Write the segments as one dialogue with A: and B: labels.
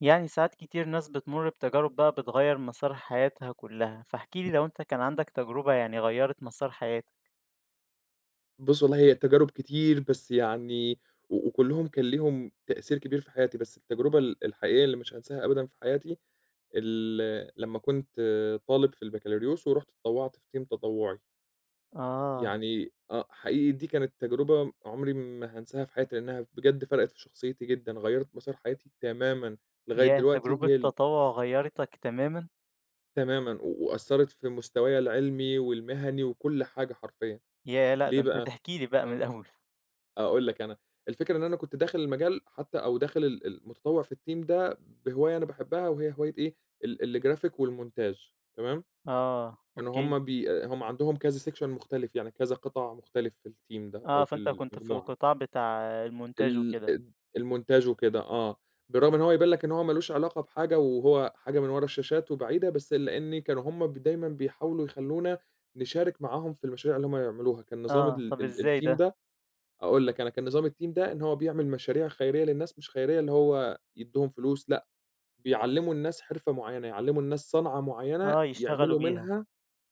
A: يعني ساعات كتير ناس بتمر بتجارب بقى بتغير مسار حياتها كلها. فاحكي لي لو انت كان عندك تجربة يعني غيرت مسار حياتك.
B: بُص والله هي تجارب كتير، بس يعني وكلّهم كان ليهم تأثير كبير في حياتي، بس التجربة الحقيقية اللي مش هانساها أبدًا في حياتي، لمّا كنت طالب في البكالوريوس ورُحت اتطوّعت في تيم تطوُّعي،
A: اه.
B: يعني آه، حقيقي دي كانت تجربة عمري ما هانساها في حياتي، لإنها بجد فرقت في شخصيتي جدًا، غيّرت مسار حياتي تمامًا لغاية
A: يا
B: دلوقتي.
A: تجربة
B: وهي ال
A: تطوع غيرتك تماما.
B: تمامًا، وأثّرت في مستوايا العلمي والمهني وكل حاجة حرفيًا،
A: يا لا
B: ليه
A: ده انت
B: بقى؟
A: تحكي لي بقى من
B: آه.
A: الاول.
B: أقول لك أنا، الفكرة إن أنا كنت داخل المجال حتى أو داخل المتطوع في الteam ده بهواية أنا باحبها، وهي هواية إيه، ال الgraphic والمونتاج تمام،
A: اه
B: كانوا
A: اوكي.
B: هُم عندهم كذا section مختلف، يعني كذا قطاع مختلف في الteam ده
A: اه
B: أو في
A: فانت كنت في
B: المجموعة،
A: القطاع بتاع المونتاج
B: ال
A: وكده.
B: ال المونتاج وكده آه، بالرغم إن هو يبان لك إن هو ما لوش علاقة بحاجة، وهو حاجة من ورا الشاشات وبعيدة، بس لإن كانوا هُم ب دايمًا بيحاولوا يخلّونا نشارك معاهم في المشاريع اللي هُم يعملوها، كان نظام
A: اه
B: ال
A: طب
B: ال
A: ازاي ده.
B: الteam ده. أقول لك أنا كان نظام الTeam ده إن هو بيعمل مشاريع خيرية للناس، مش خيرية اللي هو يدّيهم فلوس لأ، بيعلّموا الناس حرفة معيّنة، يعلّموا الناس صنعة معيّنة
A: اه يشتغلوا
B: يعملوا
A: بيها.
B: منها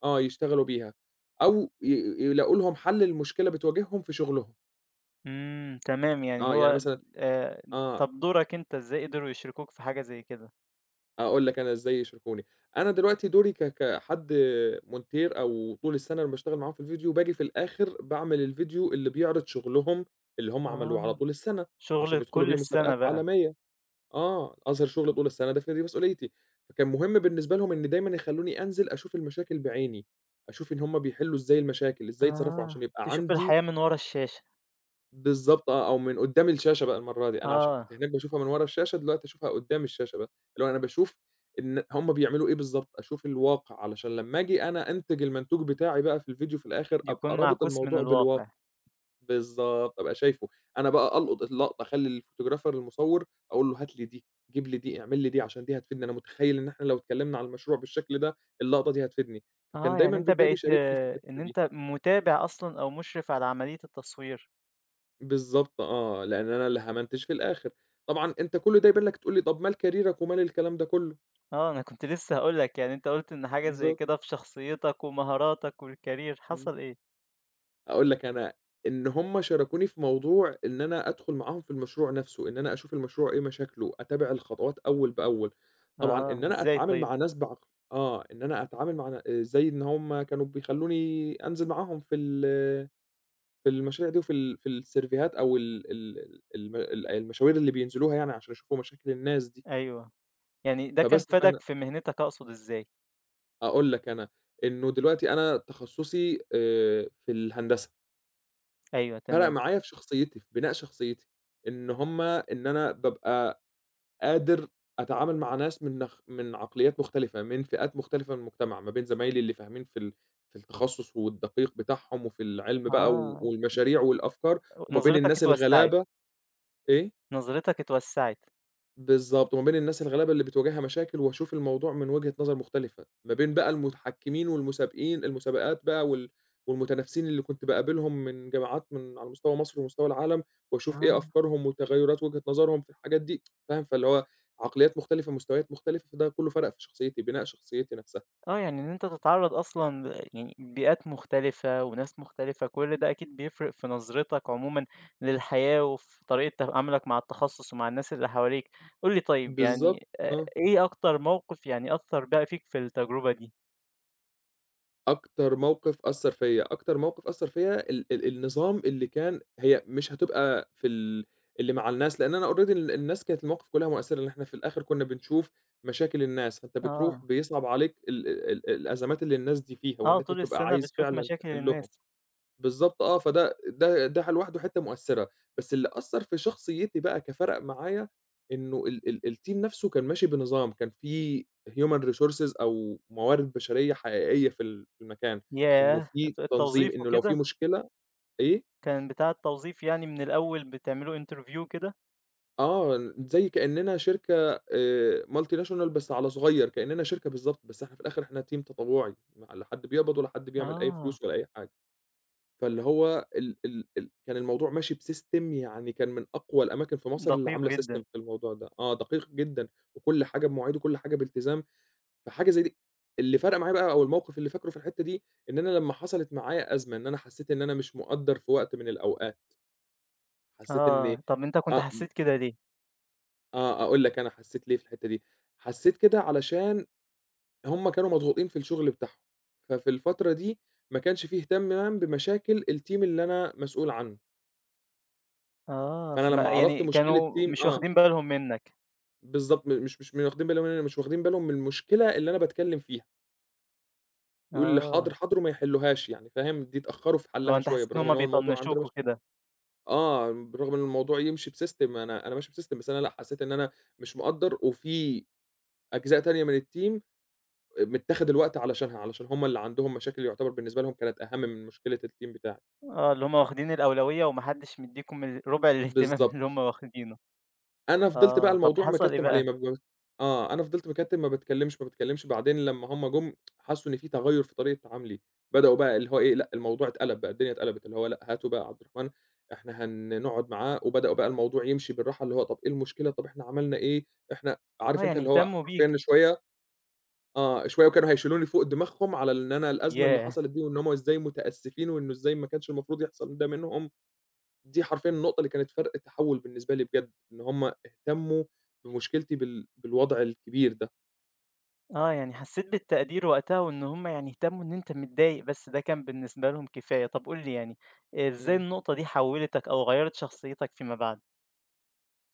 B: آه، يشتغلوا بيها أو يلاقوا لهم حل لمشكلة بتواجههم في شغلهم،
A: تمام يعني
B: آه، يعني
A: هو.
B: مثلًا
A: آه
B: آه،
A: طب دورك انت ازاي قدروا يشركوك في حاجة زي كده.
B: أقول لك أنا إزاي يشاركوني. أنا دلوقتي دوري كحد مونتير أو طول السنة أنا باشتغل معاهم في الفيديو، باجي في الآخر باعمل الفيديو اللي بيعرض شغلهم اللي هم عملوه على
A: اه
B: طول السنة،
A: شغل
B: عشان يدخلوا
A: كل
B: بيه
A: السنة
B: مسابقات
A: بقى.
B: عالمية. آه، أظهر شغل طول السنة ده، في دي مسؤوليتي، فكان مهم بالنسبة لهم إن دايمًا يخلّوني أنزل أشوف المشاكل بعيني، أشوف إن هُم بيحلّوا إزاي المشاكل، إزاي يتصرّفوا
A: آه،
B: عشان يبقى
A: تشوف
B: عندي
A: الحياة من ورا الشاشة.
B: بالضبط آه، أو من قدّام الشاشة بقى المرّة دي، أنا عشان كنت
A: آه،
B: هناك باشوفها من ورا الشاشة، دلوقتي أشوفها قدّام الشاشة بقى، اللي هو أنا باشوف إن هُم بيعملوا إيه بالضبط، أشوف الواقع علشان لمّا آجي أنا أنتج المنتوج بتاعي بقى في الفيديو في الآخر، أبقى
A: يكون
B: رابط
A: معكوس من
B: الموضوع بالوا
A: الواقع.
B: بالضبط، أبقى شايفه. أنا بقى ألقُط اللقطة، أخلّي الphotographer المصوّر أقول له: "هات لي دي، جيب لي دي، اعمل لي دي، عشان دي هتفيدني، أنا متخيّل إن إحنا لو اتكلّمنا على المشروع بالشكل ده، اللقطة دي هتفيدني." فكان
A: آه،
B: دايمًا
A: يعني
B: ب
A: أنت
B: ده
A: بقيت
B: بيشاركني في
A: آه، إن
B: الحتّة دي.
A: أنت متابع أصلًا أو مُشرف على عملية التصوير.
B: بالضبط آه، لإن أنا اللي هامنتج في الآخر. طبعًا أنت كل ده يبان لك تقول لي: "طَب مال كاريرك ومال الكلام ده كُلّه؟"
A: آه، أنا كنت لسه هاقول لك، يعني أنت قُلت إن حاجة زي
B: بالضبط.
A: كده في شخصيتك ومهاراتك والcareer
B: إمم.
A: حصل إيه؟
B: أقول لك أنا إن هم شاركوني في موضوع إن أنا أدخل معاهم في المشروع نفسه، إن أنا أشوف المشروع إيه مشاكله، أتابع الخطوات أول بأول، طبعًا
A: آه،
B: إن أنا
A: إزاي
B: أتعامل
A: طيب؟
B: مع ناس بعق آه، إن أنا أتعامل مع آه، زي إن هم كانوا بيخلوني أنزل معاهم في المشاريع دي، وفي ال في السيرفيهات أو ال ال الم ال المشاوير اللي بينزلوها يعني عشان يشوفوا مشاكل الناس دي،
A: أيوه، يعني ده كان
B: فبس
A: فادك في مهنتك أقصد إزاي؟
B: أقول لك أنا إنه دلوقتي أنا تخصصي في الهندسة.
A: أيوه
B: فرق
A: تمام.
B: معايا في شخصيتي، في بناء شخصيتي، إن هُم إن أنا بابقى قادر أتعامل مع ناس من عقليات مختلفة، من فئات مختلفة من المجتمع، ما بين زمايلي اللي فاهمين في التخصُّص والدقيق بتاعهم وفي العلم بقى
A: آه،
B: والمشاريع والأفكار، وما بين
A: نظرتك
B: الناس
A: اتوسعت.
B: الغلابة. إيه؟
A: نظرتك اتوسعت.
B: بالضبط، وما بين الناس الغلابة اللي بتواجهها مشاكل، واشوف الموضوع من وجهة نظر مختلفة، ما بين بقى المتحكمين والمسابقين المسابقات بقى والمتنافسين اللي كنت باقابلهم من جامعات من على مستوى مصر ومستوى العالم، واشوف إيه
A: آه.
B: أفكارهم وتغيرات وجهة نظرهم في الحاجات دي، فاهم؟ فاللي هو عقليات مختلفة، مستويات مختلفة، فده كله فرَق في شخصيتي، بناء شخصيتي نفسها.
A: آه، يعني إن أنت تتعرّض أصلًا يعني بيئات مختلفة وناس مختلفة، كل ده أكيد بيفرق في نظرتك عمومًا للحياة وفي طريقة تعاملك مع التخصُّص ومع الناس اللي حواليك. قُل لي طيب
B: بالضبط،
A: يعني
B: آه.
A: إيه أكتر موقِف يعني أثّر بقى فيك في التجربة دي؟
B: أكتر موقف أثّر فيّا، أكتر موقف أثّر فيّا ال ال النظام اللي كان، هي مش هتبقى في ال اللي مع الناس، لإن أنا already الناس كانت المواقف كلّها مؤثّرة، لإن إحنا في الآخر كنّا بنشوف مشاكل الناس، فأنت بتروح
A: آه.
B: بيصعب عليك الأزمات اللي الناس دي فيها، وإن
A: آه،
B: أنت
A: طول
B: بتبقى
A: السَنة
B: عايز
A: بتشوف
B: فعلًا
A: مشاكل
B: تحلّهم.
A: الناس.
B: بالضبط آه، فده ده ده لوحده حتّة مؤثّرة، بس اللي أثّر في شخصيتي بقى كفَرَق معايا إنه ال ال الteam نَفْسه كان ماشي بنظام، كان في human resources أو موارد بشرية حقيقية في المكان، إنه
A: ياه!
B: في
A: الت
B: تنظيم،
A: التوظيف
B: إنه لو في
A: وكده؟
B: مشكلة. إيه؟
A: كان بتاع التوظيف يعني من الأول بتعملوا interview كده؟
B: آه، زي كإننا شركة multinational بس على صغيّر، كإننا شركة بالضبط، بس إحنا في الآخِر إحنا team تطوّعي، ما لا حد بيقبض ولا حد بيعمل أي
A: آه،
B: فلوس ولا أي حاجة. فاللي هو ال ال ال كان الموضوع ماشي بsystem، يعني كان من أقوى الأماكن في مصر اللي
A: دقيق
B: عاملة system
A: جدًا.
B: في الموضوع ده، آه دقيق جدًا، وكل حاجة بمواعيد وكل حاجة بالتزام، فحاجة زي دي اللي فارقة معايا بقى، أو الموقف اللي فاكره في الحتة دي، إن أنا لمّا حصلت معايا أزمة، إن أنا حسيت إن أنا مش مُقدّر في وقت من الأوقات، حسيت إن
A: آه، طَب أنت كنت
B: آه م
A: حسّيت كده ليه؟
B: آه أقول لك أنا حسيت ليه في الحتة دي، حسيت كده علشان هُم كانوا مضغوطين في الشغل بتاعهم، ففي الفترة دي ما كانش في اهتمام بمشاكل الteam اللي أنا مسؤول عنه.
A: آه،
B: فأنا
A: فما
B: لمّا عرضت
A: يعني
B: مشكلة
A: كانوا
B: team
A: مش
B: آه،
A: واخدين بالهم منّك.
B: بالضبط، م مش مش واخدين بالهم مننا، مش واخدين بالهم من المشكلة اللي أنا باتكلّم فيها، يقول لي حاضر،
A: آه.
B: حاضر وما يحلّوهاش يعني، فاهم، دي اتأخّروا في
A: اللي هو
B: حلّها
A: أنت
B: شوية
A: حسّيت إن
B: بالرغم
A: هُم
B: إن هو الموضوع عندنا
A: بيطنّشوك
B: ماشي
A: وكده.
B: آه، بالرغم إن الموضوع يمشي بsystem، أنا ماشي بsystem، بس أنا لأ، حسّيت إن أنا مش مقدّر، وفي أجزاء تانية من الteam متّاخد الوقت علشانها، علشان هم اللي عندهم مشاكل يعتبر بالنسبة لهم كانت أهَم من مشكلة الteam بتاعي.
A: آه، اللي هُم واخدين الأولوية وما حدّش مدّيكم ال ربع الاهتمام
B: بالضبط.
A: اللي هُم واخدينه.
B: أنا فضلت بقى
A: آه. طَب
B: الموضوع
A: حصل إيه
B: مكتّم عليه
A: بقى؟
B: ما ب آه، أنا فضلت مكتّم، ما باتكلّمش، ما باتكلّمش، بعدين لمّا هُم جُم حسّوا إن في تغيُّر في طريقة تعاملي، بدأوا بقى اللي هو إيه، لأ الموضوع اتقلب بقى، الدنيا اتقلبت، اللي هو لأ هاتوا بقى عبد الرحمن إحنا نقعد معاه، وبدأوا بقى الموضوع يمشي بالراحة، اللي هو طَب إيه المشكلة، طَب إحنا عملنا إيه، إحنا
A: آه،
B: عارف أنت
A: يعني
B: اللي هو
A: اهتمّوا
B: حرفيًا
A: بيك.
B: شوية آه، شوية وكانوا هيشيلوني فوق دماغهم على إن أنا الأزمة اللي
A: ياه!
B: حصلت دي، وإن هُم إزاي متأسفين، وإنه إزاي ما كانش المفروض يحصل ده منهم. دي حرفيًا النقطة اللي كانت فرق تحوّل بالنسبة لي بجد، إن هم اهتمّوا بمشكلتي بالوضع الكبير ده.
A: آه، يعني حسّيت بالتقدير وقتها وإن هُم يعني اهتمّوا إن أنت متضايق، بس ده كان بالنسبة لهم كفاية. طَب قُل لي يعني إزاي
B: إمم.
A: النقطة دي حوّلتك أو غيّرت شخصيتك فيما بعد؟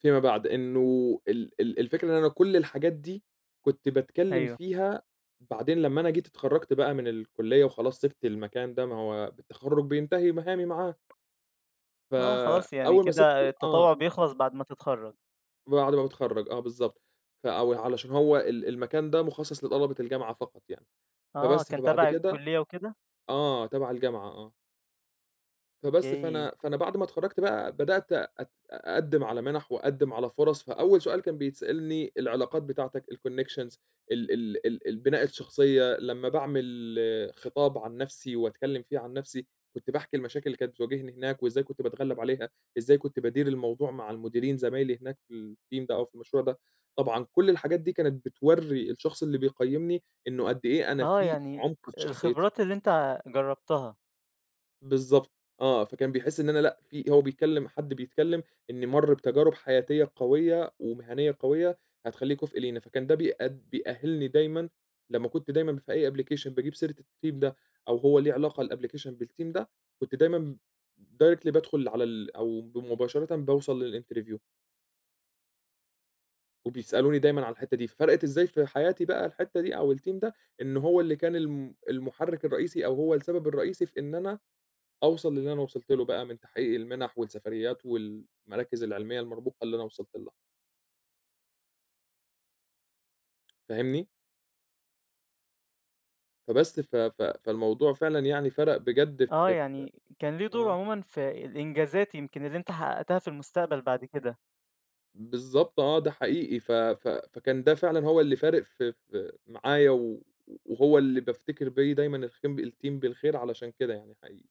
B: فيما بعد إنه ال ال الفكرة إن أنا كل الحاجات دي كنت باتكلّم
A: أيوه.
B: فيها، بعدين لمّا أنا جيت اتخرّجت بقى من الكلية وخلاص سِبت المكان ده، ما هو بالتخرُّج بينتهي مهامي معاه،
A: آه، خلاص يعني
B: فأول ما
A: كده
B: سِبته آه،
A: التطوع بيخلص بعد ما تتخرّج.
B: بعد ما باتخرّج، آه بالضبط. أو علشان هو المكان ده مخصّص لطلبة الجامعة فقط يعني،
A: آه،
B: فبس،
A: كان
B: فبعد
A: تَبَع
B: كده
A: الكُلّية وكده؟
B: آه، تبع الجامعة، آه. فبس،
A: أوكي.
B: فأنا بعد ما اتخرّجت بقى بدأت أقدّم على مِنَح وأقدّم على فرص، فأول سؤال كان بيتسألني العلاقات بتاعتك، الconnections، ال ال ال البناء الشخصية، لمّا باعمل خطاب عن نَفْسي وأتكلّم فيه عن نَفْسي، كنت باحكي المشاكل اللي كانت بتواجهني هناك وإزاي كنت باتغلّب عليها، إزاي كنت بادير الموضوع مع المديرين زمايلي هناك في الteam ده أو في المشروع ده. طبعًا كل الحاجات دي كانت بتورّي الشخص اللي بيقيّمني إنه قد إيه أنا
A: آه،
B: في
A: يعني
B: عُمق في شخصيتي.
A: الخبرات اللي أنت جرّبتها.
B: بالضبط، آه، فكان بيحس إن أنا لأ، في هو بيتكلم حد بيتكلم إن مَر بتجارب حياتية قوية ومهنية قوية هتخلّيه كُفء لينا، فكان ده بيأهّلني دايمًا. لمّا كنت دايمًا في أي application باجيب سيرة الteam ده، أو هو ليه علاقة الapplication بالteam ده، كنت دايمًا directly بادخل على ال أو ب مباشرةً باوصل للinterview، وبيسألوني دايمًا على الحتّة دي، ففرقت إزاي في حياتي بقى الحتّة دي أو الteam ده، إن هو اللي كان المحرِّك الرئيسي أو هو السبب الرئيسي في إن أنا أوصل للي أنا وصلت له بقى من تحقيق المِنَح والسفريات والمراكز العلمية المرموقة اللي أنا وصلت لها، فاهمني؟ فبس ف ف فالموضوع فعلًا يعني فرَق بجد
A: آه،
B: في في
A: يعني كان ليه دور
B: آه،
A: عمومًا في الإنجازات يمكن اللي أنت حققتها في المستقبل بعد كده.
B: بالضبط آه، ده حقيقي ف ف فكان ده فعلًا هو اللي فارق في معايا، وهو اللي بافتكر بيه دايمًا الخيم الTeam بالخير علشان كده يعني، حقيقي.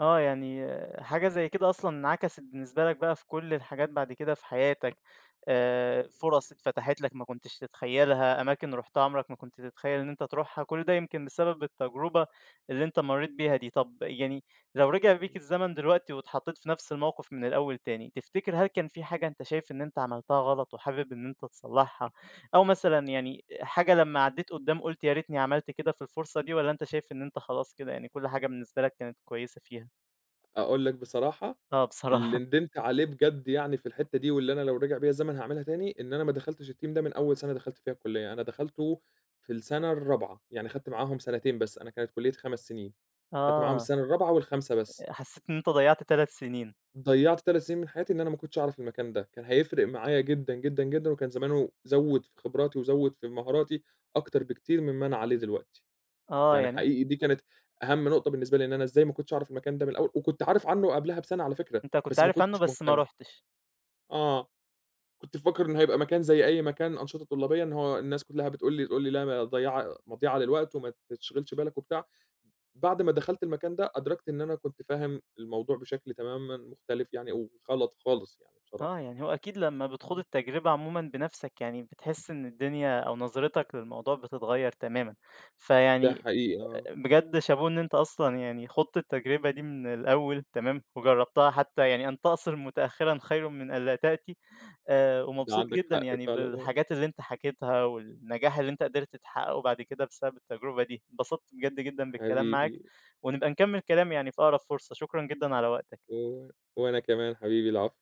A: آه، يعني آه، حاجة زي كده أصلًا انعكست بالنسبة لك بقى في كل الحاجات بعد كده في حياتك. فرص اتفتحت لك ما كنتش تتخيّلها، أماكن رُحتها عمرك ما كنت تتخيّل إن أنت تروحها، كل ده يمكن بسبب التجربة اللي أنت مرّيت بيها دي. طب يعني لو رجع بيك
B: إمم،
A: الزمن دلوقتي واتحطيت في نفس الموقف من الأول تاني، تفتكر هل كان في حاجة أنت شايف إن أنت عملتها غلط وحابب إن أنت تصلّحها، أو مثلًا يعني حاجة لمّا عدّيت قدّام قُلت يا ريتني عملت كده في الفرصة دي والّا أنت شايف إن أنت خلاص كده يعني كل حاجة بالنسبة لك كانت كويسة فيها؟
B: أقول لك بصراحة
A: آه
B: اللي
A: بصراحة.
B: ندمت عليه بجد يعني في الحتّة دي، واللي أنا لو رجع بيّا الزمن هاعملها تاني، إن أنا ما دخلتش الteam ده من أول سَنة دخلت فيها الكلية، أنا دخلته في السَنة الرابعة، يعني خدت معاهم سَنتين بس، أنا كانت كليتي 5 سنين، خدت معاهم
A: آه،
B: السَنة الرابعة وال5 بس،
A: حسّيت إن أنت ضيّعت 3 سنين.
B: ضيّعت 3 سنين من حياتي، إن أنا ما كنتش أعرف المكان ده، كان هيفرق معايا جدًا، جدًا، جدًا، وكان زمانه زوّد في خبراتي وزوّد في مهاراتي أكتر بكتير مما أنا عليه دلوقتي،
A: آه،
B: يعني
A: يعني
B: حقيقي دي كانت أهم نقطة بالنسبة لي، إن أنا إزاي ما كنتش أعرف المكان ده من الأول، وكنت عارف عنه قبلها بسَنة على فكرة،
A: أنت كنت
B: بس ما
A: عارف عنّه
B: كنتش
A: بس ما
B: مهتم.
A: رُحتش.
B: آه. كنت فاكر إنه هيبقى مكان زي أي مكان أنشطة طلابية، إن هو الناس كلّها بتقول لي تقول لي: "لا مضيعة للوقت وما تشغلش بالك"، وبتاع. بعد ما دخلت المكان ده أدركت إن أنا كنت فاهم الموضوع بشكل تمامًا مختلف يعني، وغلط خالص يعني
A: آه،
B: بصراحة.
A: يعني هو أكيد لمّا بتخوض
B: إمم.
A: التجربة عمومًا بنَفْسك يعني بتحس إن الدنيا أو نظرتك للموضوع بتتغيّر تمامًا.
B: ده
A: فيعني
B: حقيقي آه،
A: بجد شابوه إن أنت أصلًا يعني خُضت التجربة دي من الأول تمام، وجرّبتها، حتّى يعني أن تقصر متأخرًا خير من أن لا تأتي.
B: ده
A: ومبسوط
B: عندك
A: جدًا
B: حق
A: يعني
B: فعلًا آه.
A: بالحاجات اللي أنت حكيتها، والنجاح اللي أنت قدرت تحققه بعد كده بسبب التجربة دي، اتبسطت بجد جدًا بالكلام معاك،
B: حبيبي
A: ونبقى نكمل كلام يعني في أقرب فرصة، شكرًا جدًا على وقتك.
B: و وأنا كمان حبيبي، العفو.